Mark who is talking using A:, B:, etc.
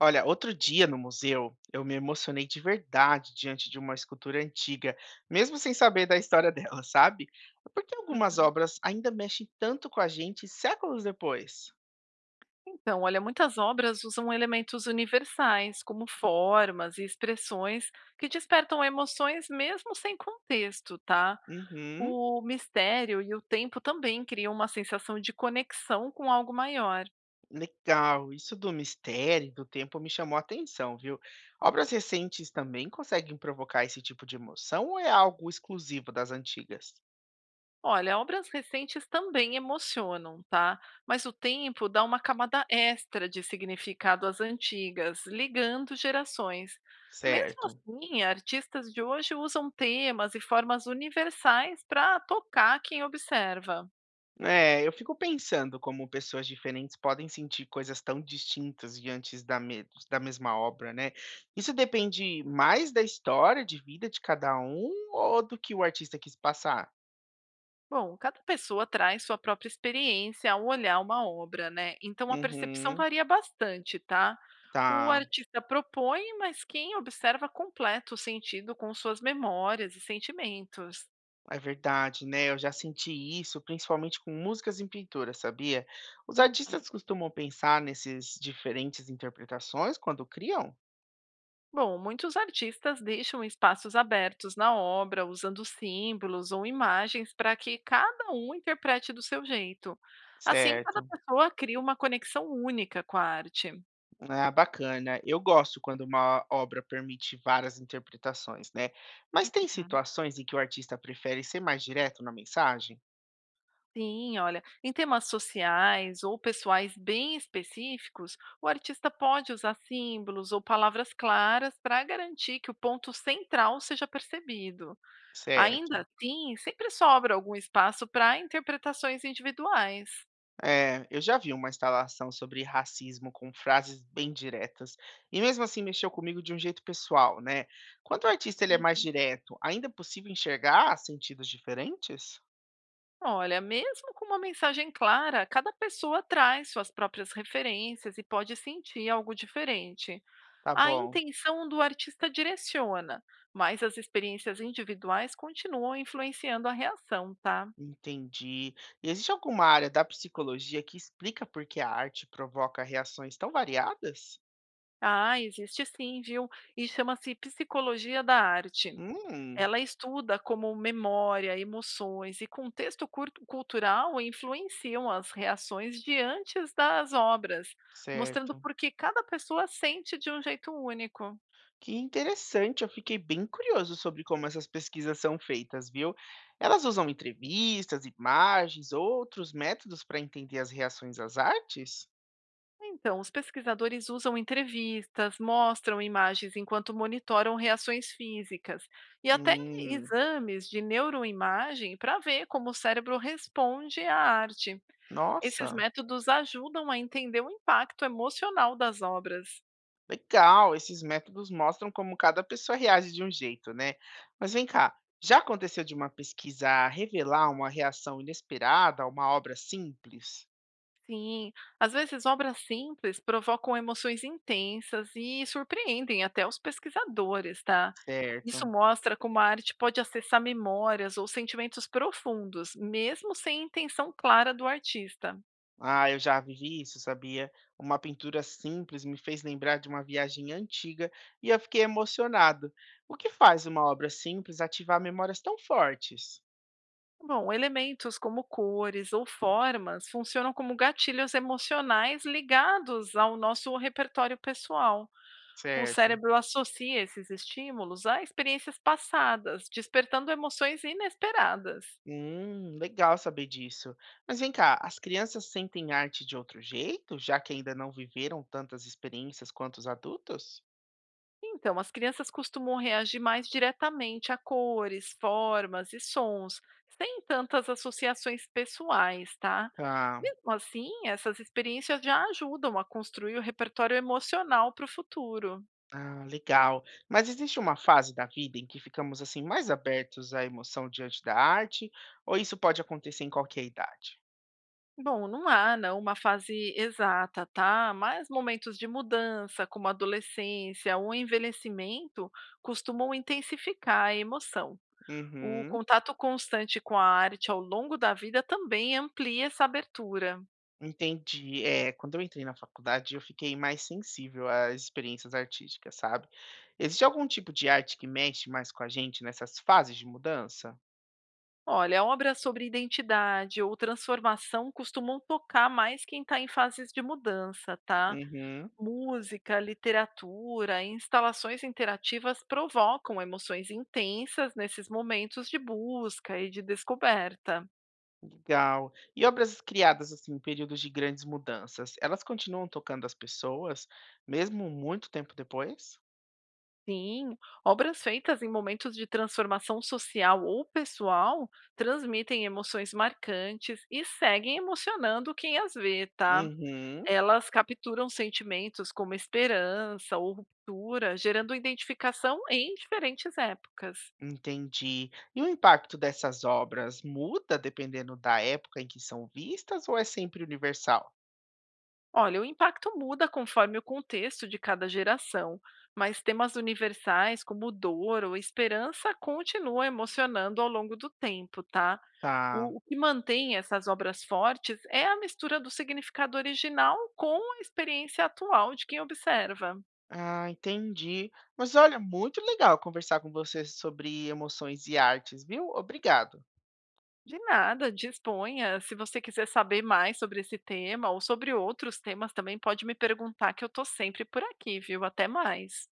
A: Olha, outro dia no museu, eu me emocionei de verdade diante de uma escultura antiga, mesmo sem saber da história dela, sabe? Porque algumas
B: Uhum.
A: obras ainda mexem tanto com a gente séculos depois.
B: Então, olha, muitas obras usam elementos universais, como formas e expressões que despertam emoções mesmo sem contexto, tá?
A: Uhum,
B: O mistério e o tempo também criam uma sensação de conexão com algo maior.
A: legal. Isso do mistério, e do tempo me chamou a atenção, viu? Obras recentes também conseguem provocar esse tipo de emoção ou é algo exclusivo das antigas?
B: Olha, obras recentes também emocionam, tá? Mas o tempo dá uma camada extra de significado às antigas, ligando gerações. Mesmo
A: Certo.
B: assim, artistas de hoje usam temas e formas universais para tocar quem observa.
A: É, eu fico pensando como pessoas diferentes podem sentir coisas tão distintas diante da mesma obra, né? Isso depende mais da história de vida de cada um ou do que o artista quis passar?
B: Bom, cada pessoa traz sua própria experiência ao olhar uma obra, né? Então a percepção
A: Uhum,
B: varia bastante, tá? O
A: tá,
B: artista propõe, mas quem observa completa o sentido com suas memórias e sentimentos.
A: é verdade, né? Eu já senti isso, principalmente com músicas em pintura, sabia? Os
B: Uhum.
A: artistas costumam pensar nesses diferentes interpretações quando criam,
B: Bom, muitos artistas deixam espaços abertos na obra, usando símbolos ou imagens para que cada um interprete do seu jeito. Assim, cada
A: certo?
B: pessoa cria uma conexão única com a arte.
A: Ah, bacana. Eu gosto quando uma obra permite várias interpretações, né? Mas tem
B: Uhum.
A: situações em que o artista prefere ser mais direto na mensagem?
B: Sim, olha, em temas sociais ou pessoais bem específicos, o artista pode usar símbolos ou palavras claras para garantir que o ponto central seja percebido. Ainda
A: Certo.
B: assim, sempre sobra algum espaço para interpretações individuais.
A: É, eu já vi uma instalação sobre racismo com frases bem diretas, e mesmo assim mexeu comigo de um jeito pessoal, né? Quando o artista ele é mais direto, ainda é possível enxergar sentidos diferentes?
B: Olha, mesmo com uma mensagem clara, cada pessoa traz suas próprias referências e pode sentir algo diferente.
A: Tá
B: A
A: bom,
B: intenção do artista direciona, mas as experiências individuais continuam influenciando a reação, tá?
A: entendi. E existe alguma área da psicologia que explica por que a arte provoca reações tão variadas?
B: Ah, existe sim, viu? E chama-se psicologia da arte.
A: Hum,
B: Ela estuda como memória, emoções e contexto cultural influenciam as reações diante das obras, mostrando
A: certo.
B: por que cada pessoa sente de um jeito único.
A: Que interessante, eu fiquei bem curioso sobre como essas pesquisas são feitas, viu? Elas usam entrevistas, imagens, outros métodos para entender as reações às artes?
B: Então, os pesquisadores usam entrevistas, mostram imagens enquanto monitoram reações físicas e até
A: Hum,
B: exames de neuroimagem para ver como o cérebro responde à arte. Esses
A: nossa,
B: métodos ajudam a entender o impacto emocional das obras.
A: legal. Esses métodos mostram como cada pessoa reage de um jeito, né? Mas vem cá, já aconteceu de uma pesquisa revelar uma reação inesperada a uma obra simples?
B: Sim, às vezes obras simples provocam emoções intensas e surpreendem até os pesquisadores, tá? Isso
A: Certo.
B: mostra como a arte pode acessar memórias ou sentimentos profundos, mesmo sem intenção clara do artista.
A: Ah, eu já vivi isso, sabia? Uma pintura simples me fez lembrar de uma viagem antiga e eu fiquei emocionado. O que faz uma obra simples ativar memórias tão fortes?
B: Bom, elementos como cores ou formas funcionam como gatilhos emocionais ligados ao nosso repertório pessoal. O
A: Certo.
B: cérebro associa esses estímulos a experiências passadas, despertando emoções inesperadas.
A: Legal saber disso. Mas vem cá, as crianças sentem arte de outro jeito, já que ainda não viveram tantas experiências quanto os adultos?
B: Então, as crianças costumam reagir mais diretamente a cores, formas e sons, sem tantas associações pessoais, tá?
A: Tá,
B: Mesmo assim, essas experiências já ajudam a construir o repertório emocional para o futuro.
A: ah, legal. Mas existe uma fase da vida em que ficamos assim mais abertos à emoção diante da arte, ou isso pode acontecer em qualquer idade?
B: Bom, não há não, uma fase exata, tá? Mas momentos de mudança, como a adolescência ou envelhecimento, costumam intensificar a emoção. O
A: Uhum,
B: contato constante com a arte ao longo da vida também amplia essa abertura.
A: entendi. É, quando eu entrei na faculdade, eu fiquei mais sensível às experiências artísticas, sabe? Existe algum tipo de arte que mexe mais com a gente nessas fases de mudança?
B: Olha, obras sobre identidade ou transformação costumam tocar mais quem está em fases de mudança, tá?
A: Uhum,
B: Música, literatura, instalações interativas provocam emoções intensas nesses momentos de busca e de descoberta.
A: legal. E obras criadas assim, em períodos de grandes mudanças, elas continuam tocando as pessoas, mesmo muito tempo depois?
B: Sim, obras feitas em momentos de transformação social ou pessoal transmitem emoções marcantes e seguem emocionando quem as vê, tá?
A: Uhum,
B: Elas capturam sentimentos como esperança ou ruptura, gerando identificação em diferentes épocas.
A: entendi. E o impacto dessas obras muda dependendo da época em que são vistas ou é sempre universal?
B: Olha, o impacto muda conforme o contexto de cada geração, mas temas universais como dor ou esperança continuam emocionando ao longo do tempo, tá?
A: Tá.
B: O que mantém essas obras fortes é a mistura do significado original com a experiência atual de quem observa.
A: Ah, entendi. Mas olha, muito legal conversar com você sobre emoções e artes, viu? Obrigado.
B: De nada, disponha. Se você quiser saber mais sobre esse tema ou sobre outros temas também, pode me perguntar que eu estou sempre por aqui, viu? Até mais.